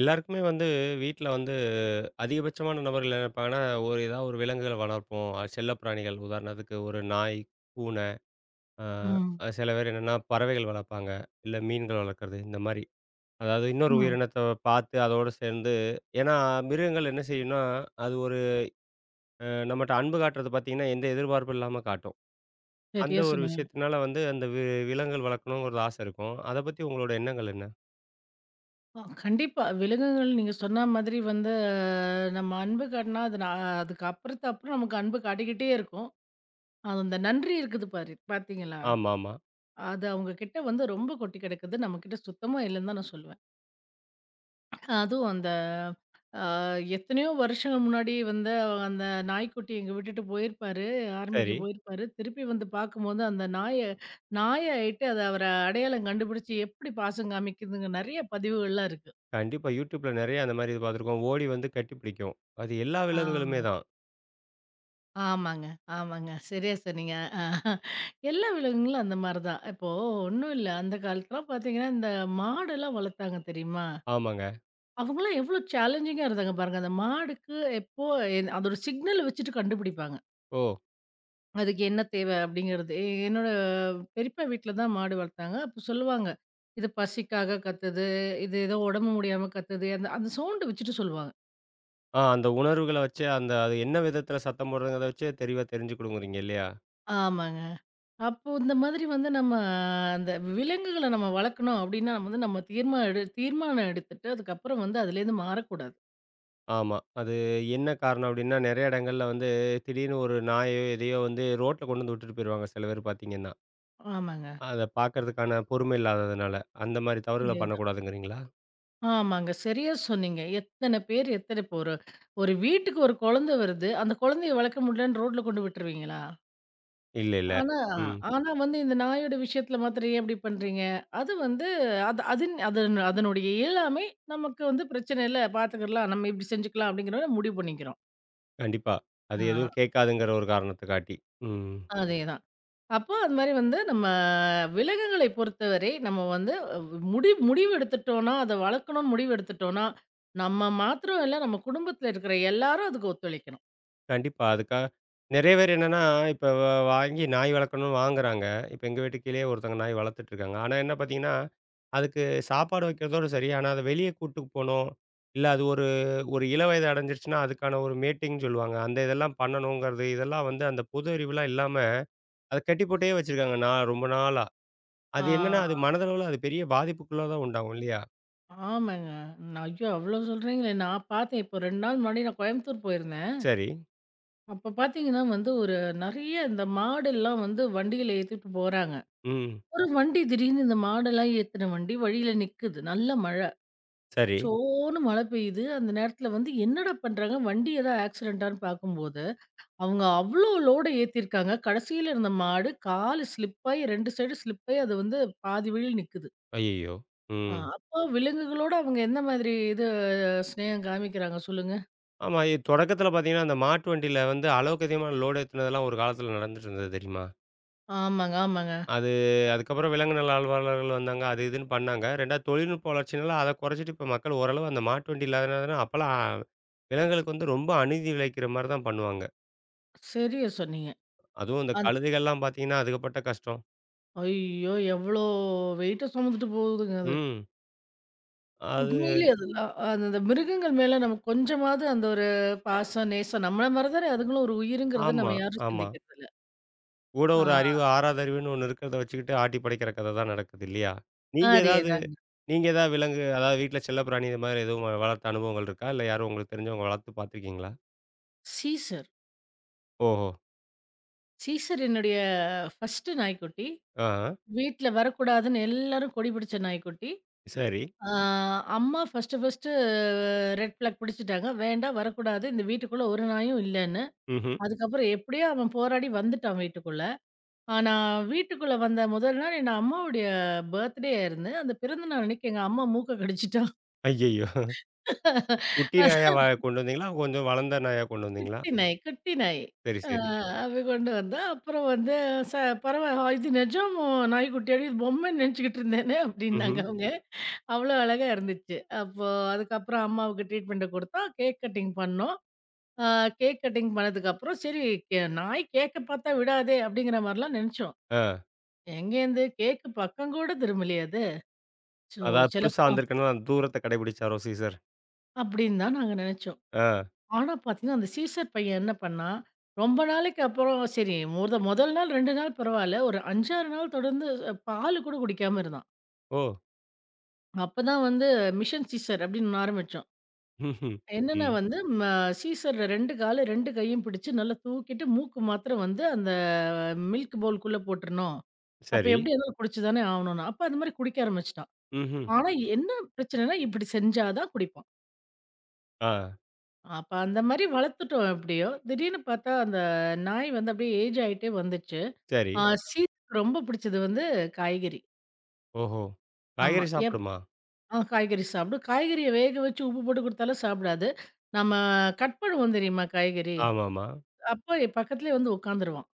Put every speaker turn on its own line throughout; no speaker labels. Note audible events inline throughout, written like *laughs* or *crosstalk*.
எல்லாருக்குமே வந்து வீட்ல வந்து அதிகபட்சமான நபர்கள் என்ன நினைப்பாங்கன்னா, ஒரு ஏதாவது ஒரு விலங்குகள வளர்ப்போம். செல்லப்பிராணிகள் உதாரணத்துக்கு ஒரு நாய், பூனை, அ
ம்.
அ சில பேர் என்னன்னா பறவைகள் வளர்ப்பாங்க. இல்ல மீன்கள் வளர்க்குறது இந்த மாரி. அதாவது இன்னொரு
ம்.
உயிரினத்த பார்த்து அதோட சேர்ந்து ஏன்னா மிருகங்கள் என்ன செய்யும்னா, அது ஒரு நம்மட்ட அன்பு காட்டுறது பார்த்தீங்கன்னா, எந்த எதிர்பார்ப்பும் இல்லாம காட்டும். அந்த
சரியா
ஒரு
சொன்னீங்க.
விஷயத்தினால வந்து அந்த விலங்குகள் வளர்க்கணுங்கிறது ஆசை இருக்கும். அத பத்தி உங்களோட எண்ணங்கள் என்ன?
கண்டிப்பா. விலங்குகள் நீங்க சொன்ன மாதிரி வந்து நம்ம அன்பு காட்டினா, அது நான் அதுக்கு அப்புறம் நமக்கு அன்பு காட்டிக்கிட்டே இருக்கும். அது அந்த நன்றி இருக்குது பார்த்தீங்களா?
ஆமாமா.
அது அவங்க கிட்ட வந்து ரொம்ப கொட்டி கிடக்குது. நம்மகிட்ட சுத்தமா இல்லன்னு தான் நான் சொல்லுவேன். அதுவும் அந்த அ எத்தனையோ வருஷங்கள் முன்னாடி வந்து அந்த நாய்க்குட்டி எங்க விட்டுட்டு போயிருப்பாரு. ஆர்மிக்கு
சரி.
போயிருப்பாரு. திருப்பி வந்து பார்க்கும்போது அந்த நாயாயிட்டு அது அவர அடையாளம் கண்டுபிடிச்சு எப்படி பாசம் காமிக்குதுங்க நெறைய பதிவுகள்லாம் இருக்கு.
கண்டிப்பா. YouTubeல நெறைய அந்த மாரி இது பார்த்துருக்கோம். ஓடி வந்து கட்டி பிடிக்கும். அது எல்லா
ஆமா.
விலங்குகளுமே தான்.
ஆமாங்க, ஆமாங்க. சரியா சொன்னீங்க. எல்லா விலங்குகளும் அந்த மாரி தான். இப்போ ஒண்ணும் இல்ல. அந்த காலத்துலாம் பார்த்தீங்கன்னா, இந்த மாடெல்லாம் வளர்த்தாங்க தெரியுமா?
ஆமாங்க.
அவங்கலாம் எவ்ளோ சேலஞ்சிங்கா இருந்தாங்க பாருங்க. அந்த மாடுக்கு எப்போ அதோட சிக்னல் வச்சுட்டு கண்டுபிடிப்பாங்க.
ஓ!
அதுக்கு என்ன தேவை அப்படிங்கிறது. என்னோட பெரியப்பா வீட்ல தான் மாடு வளர்த்தாங்க. அப்போ சொல்லுவாங்க. இது பசிக்காக கத்துது, இது ஏதோ உடம்பு முடியாம கத்துது. அந்த அந்த சவுண்ட் வச்சுட்டு சொல்லுவாங்க.
ஆ அந்த உணர்வுகள வச்சே அந்த அது என்ன விதத்தில சத்தம் போடுறதுங்கிறத வச்சே தெளிவா தெரிஞ்சுக்கிடுங்கிறீங்க இல்லையா?
ஆமாங்க. அப்போ இந்த மாதிரி வந்து நம்ம அந்த விலங்குகள நம்ம வளர்க்கணும் அப்டின்னா, வந்து நம்ம தீர்மானம் எடுத்துட்டு, அதுக்கப்புறம் வந்து அதுலேருந்து மாறக்கூடாது.
ஆமா. அது என்ன காரணம் அப்டின்னா, நெறைய இடங்கள்ல வந்து திடீர்னு ஒரு நாயோ, எதையோ வந்து ரோட்ல கொண்டு வந்து விட்டுட்டு போயிருவாங்க சில பேர் பார்த்தீங்கன்னா.
ஆமாங்க.
அத பார்க்கறதுக்கான பொறுமை இல்லாததுனால. அந்த மாரி தவறுகள
அதேதான்.
பண்ணக்கூடாதுங்கிறீங்களா?
ஆமாங்க. சரியா சொன்னீங்க. எத்தன பேர் இப்போ ஒரு ஒரு வீட்டுக்கு ஒரு குழந்தை வருது. அந்த குழந்தைய வளர்க்க முடியலன்னு ரோட்ல கொண்டு விட்டுருவீங்களா?
இல்ல, இல்ல.
ஆனா
ம்.
ஆனா வந்து இந்த நாயோட விஷயத்துல மாத்திரம் ஏன் இப்டி பண்றீங்க? அது வந்து அது அதின் அதன் அதனுடைய இயலாமை நமக்கு வந்து பிரச்சனை இல்ல, பார்த்துக்கலாம். நம்ம இப்டி செஞ்சுக்கலாம் அப்டிங்கிற மாரி முடிவு பண்ணிக்கிறோம்.
கண்டிப்பா. அது
ஆ
எதுவும் கேட்காதுங்கிற ஒரு காரணத்துக்காட்டி. ம்.
அதேதான். அப்போ அது மாரி வந்து நம்ம விலங்குகளை பொறுத்தவரை, நம்ம வந்து முடிவு எடுத்துட்டோம்னா, அத வளர்க்கணும்னு முடிவு எடுத்துட்டோம்னா, நம்ம மாத்திரம் இல்ல, நம்ம குடும்பத்தில இருக்கிற எல்லாரும் அதுக்கு ஒத்துழைக்கணும்.
கண்டிப்பா. அதுக்காக நெறைய பேர் என்னன்னா, இப்ப வாங்கி நாய் வளர்க்கணும்னு வாங்குறாங்க. இப்ப எங்க வீட்டு கீழயே ஒருத்தவங்க நாய் வளர்த்துட்டு இருக்காங்க. ஆனா என்ன பார்த்தீங்கன்னா, அதுக்கு சாப்பாடு வைக்கிறதோட சரி. ஆனா அத வெளிய கூட்டு போணும். இல்ல அது ஒரு ஒரு இள வயது அடைஞ்சிருச்சுன்னா, அதுக்கான ஒரு மேட்டிங்ன்னு சொல்லுவாங்க. அந்த இதெல்லாம் பண்ணணுங்கிறது, இதெல்லாம் வந்து அந்த பொது அறிவுலாம் இல்லாம அத கட்டி போட்டே வச்சிருக்காங்க. நான் ரொம்ப நாளா.
ஆ
அது என்னன்னா, அது மனதளவுல அது பெரிய பாதிப்புக்குள்ள தான் உண்டாகும் இல்லையா?
ஆமாங்க. நான் ஐயோ! அவ்ளோ சொல்றீங்களே! நான் பார்த்தேன். இப்போ 2 நாள் முன்னாடி நான் கோயம்புத்தூர் போயிருந்தேன்.
சரி.
அப்ப பார்த்தீங்கன்னா வந்து, நெறைய இந்த மாடெல்லாம் வந்து வண்டியில ஏத்திட்டு போறாங்க.
ம்.
ஒரு வண்டி திடீர்னு இந்த மாடெல்லாம் ஏத்துன வண்டி வழியில நிக்குது. நல்ல
சரி.
சோன்னு மழை பெய்யுது. அந்த நேரத்துல வந்து என்னடா பண்றாங்க? வண்டி ஏதா ஆக்சிடென்ட்டான்னு பார்க்கும்போது, அவங்க அவ்ளோ லோட ஏத்தியிருக்காங்க. கடைசியில இருந்த மாடு காலு ஸ்லிப் ஆயி 2 சைடும் ஸ்லிப் ஆயி, அது வந்து பாதி வழியில நிக்குது.
அய்யய்யோ! ம்.
அப்போ விலங்குகளோட அவங்க எந்த மாதிரி இது ஸ்நேகம் காமிக்கிறாங்க சொல்லுங்க?
ஆமா. தொடக்கத்தில பார்த்தீங்கன்னா, அந்த மாட்டு வண்டியில வந்து அளவுக்கு அதிகமான லோடு ஏத்துனதெல்லாம் ஒரு காலத்தில நடந்துட்டு இருந்தது தெரியுமா?
ஆமாங்க, ஆமாங்க.
அது அதுக்கப்புறம் விலங்கு நல ஆர்வலர்கள் வந்தாங்க. அது இதுன்னு பண்ணாங்க. 2வது தொழில்நுட்ப வளர்ச்சினால அத குறைச்சிட்டு இப்ப மக்கள் ஓரளவு அந்த மாட்டு வண்டி இல்லாதனால அப்பலாம் விலங்குகளுக்கு வந்து ரொம்ப அநீதி இழைக்கிற மாரி தான் பண்ணுவாங்க.
சரியா சொன்னீங்க.
அதுவும் இந்த
அந்
கழுதைகள்லாம் பார்த்தீங்கன்னா, அதுக்கப்பட்ட கஷ்டம்.
ஐயோ! எவ்ளோ வெயிட்ட சுமந்துட்டு போகுதுங்க அது.
ம். அது
உண்மையிலேயே அதெல்லாம் அந்த அந்த மிருகங்கள் மேல நமக்கு கொஞ்சமாவது அந்த ஒரு பாசம், நேசம் நம்மள மாரி தானே அதுங்களும் ஒரு உயிருங்கிறத
ஆமா,
நம்ம யாரும்
ஆமா.
சிந்திக்கிறதில்ல.
கூட ஒரு
ஆ.
அறிவு ஆறாத அறிவுன்னு ஒண்ணு இருக்கிறத வச்சுக்கிட்டு ஆட்டி படைக்கிற கதை தான் நடக்குது இல்லையா? நீங்க ஏதாவது
அதேதாங்க.
நீங்க ஏதாவது விலங்கு, அதாவது வீட்ல செல்லப்பிராணி இது மாதிரி எதுவும் வளர்த்த அனுபவங்கள் இருக்கா? இல்ல யாரும் உங்களுக்கு தெரிஞ்சவங்க வளர்த்து பார்த்துருக்கீங்களா?
சீசர்.
ஓஹோ!
சீசர் என்னுடைய ஃபர்ஸ்ட்டு நாய்க்குட்டி.
ஆ, ஆ.
வீட்ல வரக்கூடாதுன்னு எல்லாரும் கொடி பிடிச்ச நாய்க்குட்டி.
சரி.
ஆ அம்மா ஃபர்ஸ்ட்டு ஃபர்ஸ்ட்டு ரெட் ஃபிளாக் பிடிச்சுட்டாங்க. வேண்டாம் வரக்கூடாது. இந்த வீட்டுக்குள்ள ஒரு நாயும் இல்லன்னு.
ம்ஹ்ம்.
அதுக்கப்புறம் எப்படியோ அவன் போராடி வந்துட்டான் வீட்டுக்குள்ள. ஆனா வீட்டுக்குள்ள வந்த முதல் நாள் என் அம்மாவுடைய பர்த்டே ஆயிருந்து. அந்த பிறந்த நாள் அன்னைக்கு எங்க அம்மா மூக்க கடிச்சுட்டா.
ஐய்யய்யோ! குட்டி நாயா கொண்டு வந்தீங்களா? கொஞ்சம் வளர்ந்த நாயா கொண்டு வந்தீங்களா?
குட்டி நாய், குட்டி நாய்.
சரி,
ஆ
சரி.
அது கொண்டு வந்தா, அப்புறம் வந்து ச பரவால்ல இது நிஜம் நாய்க்குட்டியாடி இது பொம்மைன்னு நினச்சுக்கிட்டு இருந்தேனே
ம்ஹ்ம்.
அப்படின்னாங்க அவங்க. அவ்வளோ அழகா இருந்துச்சு. அப்போ அதுக்கப்புறம் அம்மாவுக்கு ட்ரீட்மெண்ட்ட குடுத்தோம். கேக் கட்டிங் பண்ணோம். ஆ கேக் கட்டிங் பண்ணதுக்கப்புறம் சரி நாய் கேக்க பார்த்தா விடாதே அப்படிங்கிற மாரிலாம் நெனச்சோம்.
ஆ.
எங்கேருந்து கேக்கு பக்கம் கூட திரும்பலையே அது. ஸோ
அதாவது புதுசா
சிலப்போ
வந்திருக்குன்னா, தூரத்த கடைபிடிச்சாரோ சீசர்?
அப்படின்னு தான் நாங்க நெனச்சோம்.
ஆ.
ஆனா பார்த்தீங்கன்னா, அந்த சீசர் பையன் என்ன பண்ணான், ரொம்ப நாளைக்கு அப்புறம் சரி முதல் நாள் 2 நாள் பரவால்ல. ஒரு 5, 6 நாள் தொடர்ந்து பாலு கூட குடிக்காம இருந்தான்.
ஓ!
அப்பதான் வந்து மிஷன் சீசர் அப்படின்னு ஒண்ணு ஆரம்பிச்சோம்.
ம்ஹ்ம்.
என்னன்னா
ம்.
வந்து சீசர்ல 2 காலும் 2 கையும் பிடிச்சு நல்லா தூக்கிட்டு மூக்கு மாத்திரம் வந்து அந்த மில்க் பவுலுக்குள்ள போட்டுறணும். அப்ப
சரி.
எப்படி இருந்தாலும் குடிச்சு தானே ஆவணும்னு. அப்ப அந்த மாரி குடிக்க ஆரம்பிச்சுட்டான்.
ம்ஹ்ம்.
ஆனா என்ன பிரச்சனைன்னா, இப்படி செஞ்சா தான் குடிப்பான்.
ஆ.
அப்ப அந்த மாரி வளர்த்துட்டோம் எப்படியோ. திடீர்னு பார்த்தா, அந்த நாய் வந்து அப்படியே ஏஜ் ஆயிட்டே வந்துச்சு.
சரி.
ஆ ஓ. சீதாக்கு ரொம்ப பிடிச்சது வந்து காய்கறி.
ஓஹோ!
ஆமா.
காய்கறி
எப்
சாப்பிடுமா?
ஆ காய்கறி சாப்பிடும். காய்கறிய வேக வச்சு உப்பு போட்டு குடுத்தாலும் சாப்பிடாது. நம்ம கட் பண்ணுவோம் தெரியுமா காய்கறி?
ஆமாமா.
அப்போ என் பக்கத்துலயே வந்து உட்காந்துருவான்.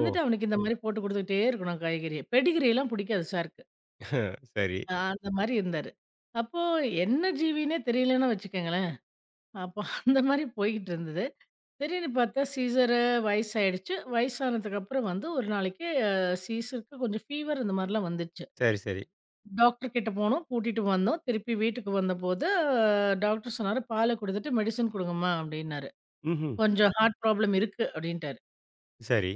ஓ!
அவனுக்கு இந்த மாரி போட்டு குடுத்துக்கிட்டே இருக்கணும் காய்கறிய. பெடிகிரி எல்லாம் பிடிக்காது ஷார்க்கு.
*laughs* சரி.
அந்த மாரி இருந்தாரு. அப்போ என்ன ஜீவின்னே தெரியலன்னு வச்சுக்கோங்களேன். அப்போ அந்த மாரி போய்கிட்டு இருந்தது. திடீர்னு பார்த்தா சீசரு வயசாயிடுச்சு. வயசானதுக்கப்புறம் வந்து ஒரு நாளைக்கு சீசருக்கு கொஞ்சம் ஃபீவர் இந்த மாரிலாம் வந்துச்சு.
சரி, சரி.
டாக்டர் கிட்ட போனோம், கூட்டிட்டு வந்தோம். திருப்பி வீட்டுக்கு வந்தபோது டாக்டர் சொன்னாரு, "பால குடுத்துட்டு மெடிசின் குடுங்கம்மா" அப்டின்னாரு.
ம்ஹ்ம்.
"கொஞ்சம் ஹார்ட் ப்ராப்ளம் இருக்கு" அப்டின்ட்டாரு.
சரி.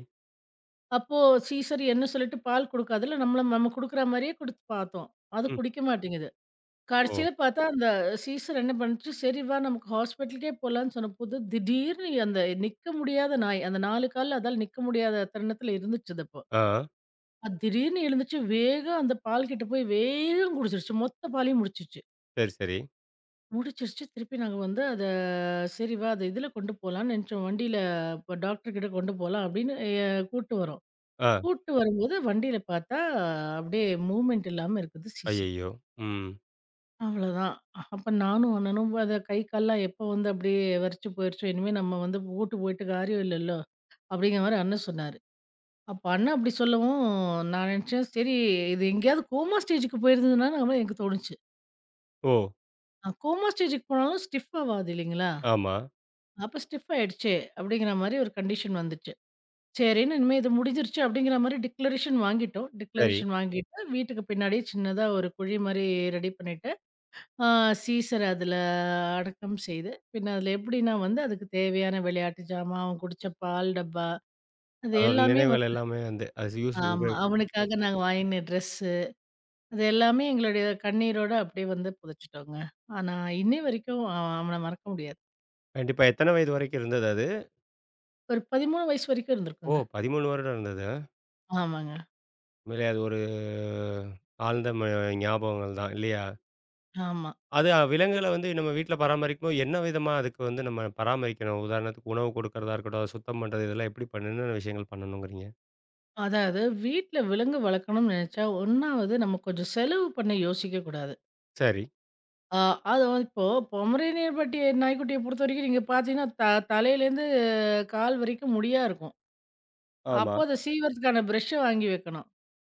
அப்போ சீசரியன்னு சொல்லிட்டு பால் குடுக்காததுல நம்மள நம்ம குடுக்குற மாரியே குடுத்து பார்த்தோம். அது
ம்.
குடிக்க மாட்டேங்குது.
ஓ!
கடைசியில பார்த்தா, அந்த சீசர் என்ன பண்ணுச்சு, "சரி வா நமக்கு ஹாஸ்பிட்டலுக்கே போலான்னு" சொன்னபோது, திடீர்னு அந்த நிக்க முடியாத நாய், அந்த 4 கால்ல அதால நிக்க முடியாத தருணத்துல இருந்துச்சு அது அப்போ.
ஆ.
அது திடீர்னு எழுந்துச்சு, வேகம் அந்த பால் கிட்ட போய் வேகன்னு குடிச்சிருச்சு. மொத்த பாலையும் முடிச்சிருச்சு.
சரி, சரி.
முடிச்சிருச்சு, திருப்பி நாங்க வந்து அத சரி வா அத இதுல கொண்டு போலான்னு நெனச்சோம். வண்டியில இப்ப டாக்டர் கிட்ட கொண்டு போலாம் அப்படின்னு எ கூட்டு வரோம்.
ஆ.
கூட்டு வரும்போது வண்டியில பார்த்தா, அப்படியே மூவ்மெண்ட் இல்லாம இருக்குது சீசர்.
ஐயய்யோ! ம்.
அவ்வளோதான். அப்ப நானும் அண்ணனும் அத கை கால்லாம் எப்போ வந்து அப்படியே வெறச்சு போயிருச்சோ, இனிமே நம்ம வந்து ஓட்டு போயிட்டு காரியம் இல்லல்ல. அப்படிங்கிற மாரி அண்ணன் சொன்னாரு. அப்ப அண்ணன் அப்படி சொல்லவும் நான் நெனச்சேன், சரி இது எங்கேயாவது கோமா ஸ்டேஜுக்கு போயிருந்ததுனால எனக்கு தோணுச்சு.
ஓ!
கோமா ஸ்டேஜுக்கு போனாலும் ஸ்டிஃப் ஆவாது இல்லைங்களா?
ஆமா.
அப்ப ஸ்டிஃப் ஆயிடுச்சே அப்படிங்கிற மாரி ஒரு கண்டிஷன் வந்துச்சு. சரின்னு இனிமே இது முடிஞ்சிருச்சு அப்படிங்கிற மாரி டிக்ளரேஷன் வாங்கிட்டோம்.
சரி.
டிக்ளரேஷன் வாங்கிட்டு வீட்டுக்கு பின்னாடியே சின்னதா ஒரு குழி மாரி ரெடி பண்ணிட்டு ஆ சீசர் அதில அடக்கம் செய்து, பின்ன அதில எப்படின்னா வந்து அதுக்கு தேவையான விளையாட்டு ஜாமான், அவன் குடிச்ச பால் டப்பா, அது
அதோட
எல்லாமே
நினைவுகள்
வந்து
எல்லாமே வந்து அது யூஸ்
ஆமா.
உபயோக
அவனுக்காக நாங்க வாங்கின ட்ரெஸ்ஸு, அது எல்லாமே எங்களுடைய கண்ணீரோட அப்படியே வந்து புதைச்சுட்டோங்க. ஆனா, இன்னை வரைக்கும் அவன மறக்க முடியாது.
கண்டிப்பா. எத்தன வயது வரைக்கும் இருந்தது அது?
ஒரு 13 வயசு வரைக்கும்
ஓ!
இருந்திருக்குங்க.
13 வருடம் இருந்தது. அ.
ஆமாங்க.
உண்மையிலே அது ஒரு ஆழ்ந்த ஞாபகங்கள் தான் இல்லையா?
ஆமா.
அது விலங்குகள வந்து நம்ம வீட்ல பராமரிக்கும்போது என்ன விதமா அதுக்கு வந்து நம்ம பராமரிக்கணும்? உதாரணத்துக்கு உணவு கொடுக்கறதா இருக்கட்டும், அத சுத்தம் பண்றது இதெல்லாம் எப்படி பண்ணு என்னென்ன விஷயங்கள் பண்ணணுங்கிறீங்க?
அதாவது வீட்ல விலங்கு வளர்க்கணும்னு நெனைச்சா, 1வது நம்ம கொஞ்சம் செலவு பண்ண யோசிக்கக்கூடாது.
சரி.
ஆ, அது வந்து இப்போ பொமரேனியன் பட்டி நாய்க்குட்டிய பொறுத்தவரைக்கும் நீங்க பார்த்தீங்கன்னா, தலையிலேருந்து கால் வரைக்கும் முடியா இருக்கும்.
ஆமா.
அப்போ அத சீவறதுக்கான பிரஷ்ஷ வாங்கி வைக்கணும்.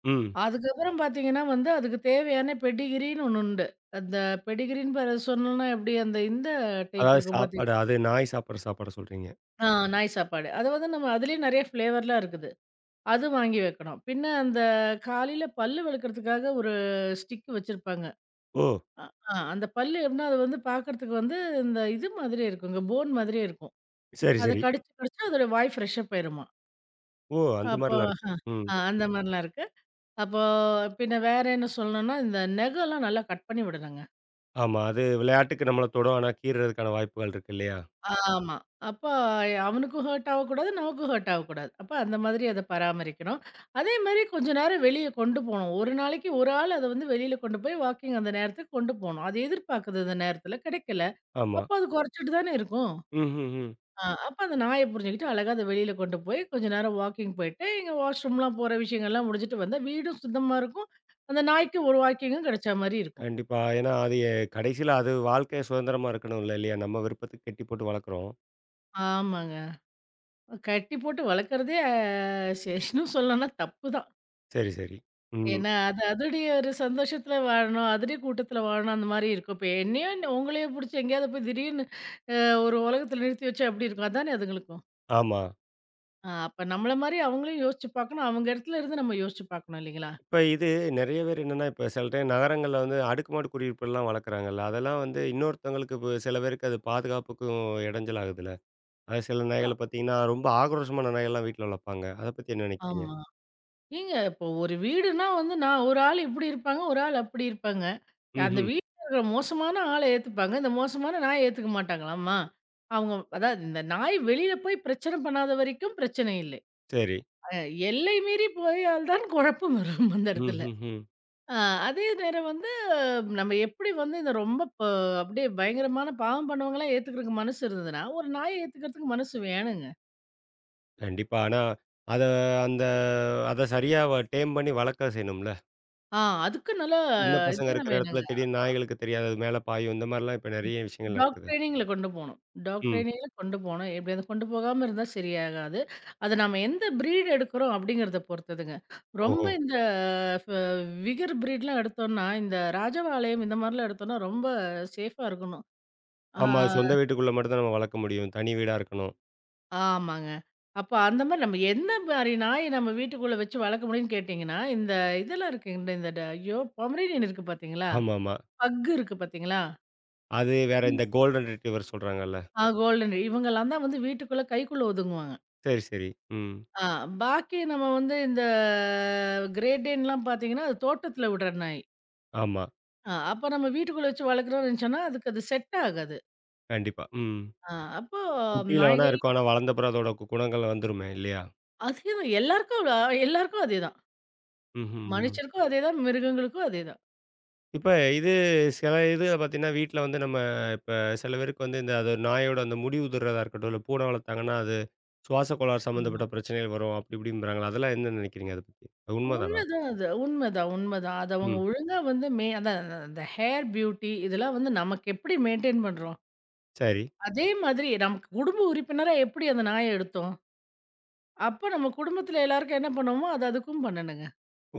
ம்.
அதுக்கப்புறம் பார்த்தீங்கன்னா வந்து, அதுக்கு தேவையான பெடிகிரின்னு ஒண்ணு உண்டு. அந்த பெடிகிரின்னு பேர சொன்னோம்னா எப்படி அந்த இந்த டைப்
அதாவது
இருக்கும் பார்த்தீங்க
சாப்பாடு அது நாய் சாப்பிடுற சாப்பாட சொல்றீங்க.
ஆ நாய் சாப்பாடு. அது வந்து நம்ம அதிலேயே நெறைய ஃப்ளேவர்லாம் இருக்குது. அது வாங்கி வைக்கணும். பின்ன அந்த காலையில பல்லு விளக்கறதுக்காக ஒரு ஸ்டிக் வச்சிருப்பாங்க.
ஓ!
அ ஆ அந்த பல்லு எப்படின்னா, அது வந்து பார்க்கறதுக்கு வந்து இந்த இது மாதிரி இருக்குங்க, போன் மாதிரியே இருக்கும்.
சரி,
அத
சரி.
கடிச்சு, கடிச்சு அதோட வாய் ஃப்ரெஷ்ஷா போயிருமா.
ஓ! அந்த
அப்போ
மாரிலாம் இருக்கு. ம்.
அந்த மாரிலாம் இருக்கு. அப்போ பின்ன வேற என்ன சொல்லணும்னா, இந்த நெகம்லாம் நல்லா கட் பண்ணி விடணுங்க.
ஆமா. அது விளையாட்டுக்கு நம்மள தொடும். ஆனா கீறுறதுக்கான வாய்ப்புகள் இருக்கு இல்லையா?
ஆமா. அப்போ அவனுக்கும் ஹர்ட் ஆகக்கூடாது, நமக்கும் ஹர்ட் ஆகக்கூடாது. அப்ப அந்த மாதிரி அத பராமரிக்கணும். அதே மாரி கொஞ்ச நேரம் வெளிய கொண்டு போணும். ஒரு நாளைக்கு ஒரு ஆள் அத வந்து வெளியில கொண்டு போய் வாக்கிங் அந்த நேரத்துக்கு கொண்டு போணும். அது எதிர்பார்க்குது அந்த நேரத்துல, கிடைக்கல.
ஆமா.
அப்போ அது குறைச்சிட்டு தானே இருக்கும்.
ம்ஹ்ஹ்ம்.
அப்ப அந்த நாய புரிஞ்சுக்கிட்டு அழகா அத வெளியில கொண்டு போய் கொஞ்ச நேரம் வாக்கிங் போயிட்டு, இங்க வாஷ்ரூம்லாம் போற விஷயங்கள்லாம் முடிச்சுட்டு வந்தா, வீடும் சுத்தமா இருக்கும். அந்த நாய்க்கு ஒரு வாக்கிங்கும் கிடைச்ச மாரி இருக்கும்.
கண்டிப்பா. ஏன்னா அது கடைசியில அது வாழ்க்கை சுதந்திரமா இருக்கணும்ல இல்லையா? நம்ம விருப்பத்துக்கு கட்டி போட்டு வளர்க்குறோம்.
ஆமாங்க. கட்டி போட்டு வளர்க்குறதே சேஷ்ன்னு சொல்லணும்னா தப்பு தான்.
சரி, சரி. ம்.
ஏன்னா, அது அதனுடைய ஒரு சந்தோஷத்துல வாழணும், அதனுடைய கூட்டத்துல வாழணும் அந்த மாரி இருக்கும். இப்ப என்னையோ உங்களையோ புடிச்சு எங்கேயாவது போய் திடீர்னு அ ஒரு உலகத்துல நிறுத்தி வச்சா எப்டி இருக்கும்? அதானே அதுங்களுக்கும்.
ஆமா.
அப்ப நம்மள மாரி அவங்களையும் யோசிச்சு பார்க்கணும். அவங்க இடத்துல இருந்து நம்ம யோசிச்சு பார்க்கணும் இல்லைங்களா?
இப்ப இது நெறைய பேர் என்னன்னா, இப்ப சில டைம் நகரங்கள்ல வந்து அடுக்குமாடி குடியிருப்புலாம் வளர்க்குறாங்கல்ல. அதெல்லாம் வந்து இன்னொருத்தவங்களுக்கு இப்ப சில பேருக்கு அது பாதுகாப்புக்கும் இடைஞ்சலாகுதுல்ல. அது சில
அ
நாய்கள பார்த்தீங்கன்னா, ரொம்ப ஆக்ரோஷமான நாய்கள்லாம் வீட்ல வளர்ப்பாங்க. அத பத்தி என்ன நினைக்கிறீங்க?
ஆமா. ஏங்க இப்போ ஒரு வீடுனா வந்து நான் ஒரு ஆள் இப்படி இருப்பாங்க, ஒரு ஆள் அப்படி இருப்பாங்க. அந்த
ம்ஹ்ம்.
வீட்ல இருக்கிற மோசமான ஆள ஏத்துப்பாங்க. இந்த மோசமான நாய ஏத்துக்க மாட்டாங்களாம்மா? அவங்க அதாவது இந்த நாய் வெளியில போய் பிரச்சனை பண்ணாத வரைக்கும் பிரச்சனை இல்லை.
சரி.
அ எல்லை மீறி போயால் தான் குழப்பம் வரும் அந்த இடத்துல.
ம்ஹ்ஹ்ம்.
அ அதே நேரம் வந்து நம்ம எப்படி வந்து இந்த ரொம்ப அப்படியே பயங்கரமான பாவம் பண்ணவங்கலாம் ஏத்துக்கிறதுக்கு மனசு இருந்ததுன்னா, ஒரு நாய ஏத்துக்கிறதுக்கு மனசு வேணுங்க.
கண்டிப்பா. ஆனா, அத அந்த அத சரியா டேம் பண்ணி வளர்க்க செய்யணும்ல.
ஆ அதுக்கு நல்லா
சின்ன பசங்க
இதெல்லாம்
இருக்கிற
வேணும்.
இடத்துல திடீர்னு நாய்களுக்கு தெரியாது. அது மேல பாயும். இந்த மாரிலாம் இப்ப நெறைய விஷயங்கள்
டாக்
நடக்குது.
ட்ரெய்னிங்ல கொண்டு போணும். டாக்
ம்.
ட்ரெய்னிங்ல கொண்டு போணும். எப்படியாவது கொண்டு போகாம இருந்தா சரியாகாது. அது நம்ம எந்த ப்ரீட் எடுக்கிறோம் அப்படிங்கிறத பொறுத்ததுங்க. ரொம்ப
ஓஹோ!
இந்த ஃப விகர் ப்ரீட்லாம் எடுத்தோம்னா, இந்த ராஜபாளையம் இந்த மாரிலாம் எடுத்தோம்னா ரொம்ப சேஃபா இருக்கணும். ஆ
ஆமா. அது சொந்த வீட்டுக்குள்ள மட்டும் தான் நம்ம வளர்க்க முடியும். தனி வீடா இருக்கணும்.
ஆமாங்க. அப்ப அந்த மாரி நம்ம என்ன மாரி நாய் நம்ம வீட்டுக்குள்ள வச்சு வளர்க்க முடியும்னு கேட்டீங்கன்னா, இந்த இதெல்லாம் இருக்குங்க இந்த ஐயோ! பொமரேனியன் இருக்கு பார்த்தீங்களா?
ஆமாமா.
பக் இருக்கு பார்த்தீங்களா?
அது வேற இந்த கோல்டன் ரிட்ரீவர் சொல்றாங்கல்ல.
கோல்டன் இவங்கலாம் தான் வந்து வீட்டுக்குள்ள கைக்குள்ள ஒதுங்குவாங்க.
சரி, சரி. ம்.
ஆ பாக்கி நம்ம வந்து இந்த கிரேட் டேன்லாம் பார்த்தீங்கன்னா, அது தோட்டத்தில விடுற நாய்.
ஆமா.
அப்ப நம்ம வீட்டுக்குள்ள வச்சு வளர்க்குறோம்னு நெனச்சோம்னா, அதுக்கு அது செட் ஆகாது.
கண்டிப்பா. ம்.
ஆ அப்போ
குட்டியில வேணா
நாய்கள்
இருக்கும். ஆனா வளர்ந்தப்புறம் அதோட குணங்கள் வந்துருமே! இல்லையா?
அதேதான் எல்லாருக்கும் எல்லாருக்கும் அதேதான்.
ம்ஹ்ம்.
மனுஷருக்கும் அதேதான், மிருகங்களுக்கும் அதேதான்.
இப்ப இது சில இது பார்த்தீங்கன்னா, வீட்ல வந்து நம்ம இப்ப சில பேருக்கு வந்து இந்த அது நாயோட அந்த முடி உதிர்றதா இருக்கட்டும், இல்ல பூனை வளர்த்தாங்கன்னா, அது சுவாச கோளாறு
ஆமா.
சம்மந்தப்பட்ட பிரச்சனைகள் வரும். அப்படி இப்படிம்பாங்கல்ல. அதெல்லாம் என்ன நினைக்கிறீங்க அத பத்தி? அது உண்மதானா?
உண்மதான் அது. உண்மதான், உண்மதான். அது அவங்க
ம்.
ஒழுங்கா வந்து அதான் அந்த அந்த ஹேர் பியூட்டி இதெல்லாம் வந்து நமக்கு எப்படி மெயின்டெயின் பண்றோம்?
சரி.
அதே மாதிரி நமக்கு குடும்ப உறுப்பினரா எப்படி அந்த நாய எடுத்தோம்? அப்ப நம்ம குடும்பத்தில எல்லாருக்கும் என்ன பண்ணுவோமோ, அது அதுக்கும் பண்ணணுங்க.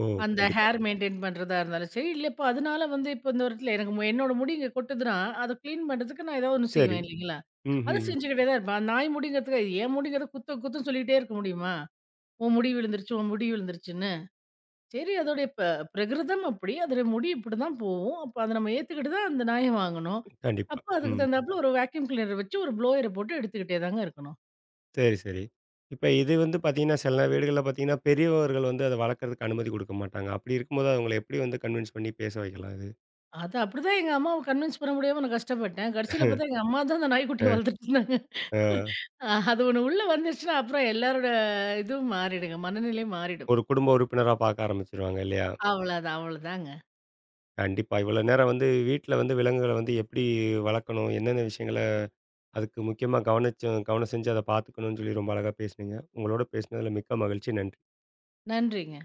ஓ!
அந்த
கண்டிப்பா.
ஹேர் மெயின்டெயின் பண்றதா இருந்தாலும் சரி, இல்ல இப்ப அதனால வந்து இப்ப இந்த இடத்துல எனக்கு என்னோட முடி இங்க கொட்டுதுன்னா, அத கிளீன் பண்றதுக்கு நான் ஏதாவது ஒண்ணு
சரி.
செய்வேன் இல்லைங்களா? அத
ம்ஹ்ம்.
செஞ்சுக்கிட்டே தான் இருப்பேன். நாய் முடிங்கிறதுக்கு என் முடிங்கிறத குத்த குத்தன்னு சொல்லிட்டே இருக்க முடியுமா? உன் முடி விழுந்துருச்சு, உன் முடி விழுந்துருச்சுன்னு. சரி அதோடைய பிரகிருதம் அப்படி. அதோட முடி இப்படிதான் போவும். அப்ப அத நம்ம ஏத்துக்கிட்டு தான் அந்த நாய வாங்கணும்.
கண்டிப்பா.
அப்ப அதுக்கு
ம்.
தகுந்தாப்புல ஒரு வேக்யூம் கிளீனர வச்சு ஒரு ப்ளோயர போட்டு எடுத்துக்கிட்டே தாங்க இருக்கணும்.
சரி, சரி. இப்ப இது வந்து பார்த்தீங்கன்னா, சில வீடுகள்ல பார்த்தீங்கன்னா, பெரியவர்கள் வந்து அத வளர்க்கறதுக்கு அனுமதி குடுக்க மாட்டாங்க. அப்படி இருக்கும்போது அவங்கள எப்படி வந்து கன்வின்ஸ் பண்ணி பேச வைக்கலாம் இது?
அது அப்படிதான் எங்க அம்மாவ கன்வின்ஸ் பண்ண முடியாம நான் கஷ்டப்பட்டேன். கடைசியில
*laughs*
பார்த்தா எங்க அம்மா தான் அந்த
அ,
நாய்க்குட்டிய வளர்த்துட்டு இருந்தாங்க.
அ.
அது ஒண்ணு உள்ள வந்துருச்சுன்னா, அப்புறம் எல்லாரோட இதுவும் மாறிடுங்க. மனநிலை மாறிடும்.
ஒரு குடும்ப உறுப்பினரா பார்க்க ஆரம்பிச்சுருவாங்க இல்லையா?
அவ்வளதான், அவ்வளதாங்க.
கண்டிப்பா. இவ்வளோ நேரம் வந்து வீட்ல வந்து விலங்குகள வந்து எப்படி வளர்க்கணும்? என்னென்ன விஷயங்கள அதுக்கு முக்கியமா கவனிச்சு கவனம் செஞ்சு அத பார்த்துக்கணும்னு சொல்லி ரொம்ப அழகா பேசுனீங்க. உங்களோட பேசினதுல மிக்க மகிழ்ச்சி. நன்றி.
நன்றிங்க.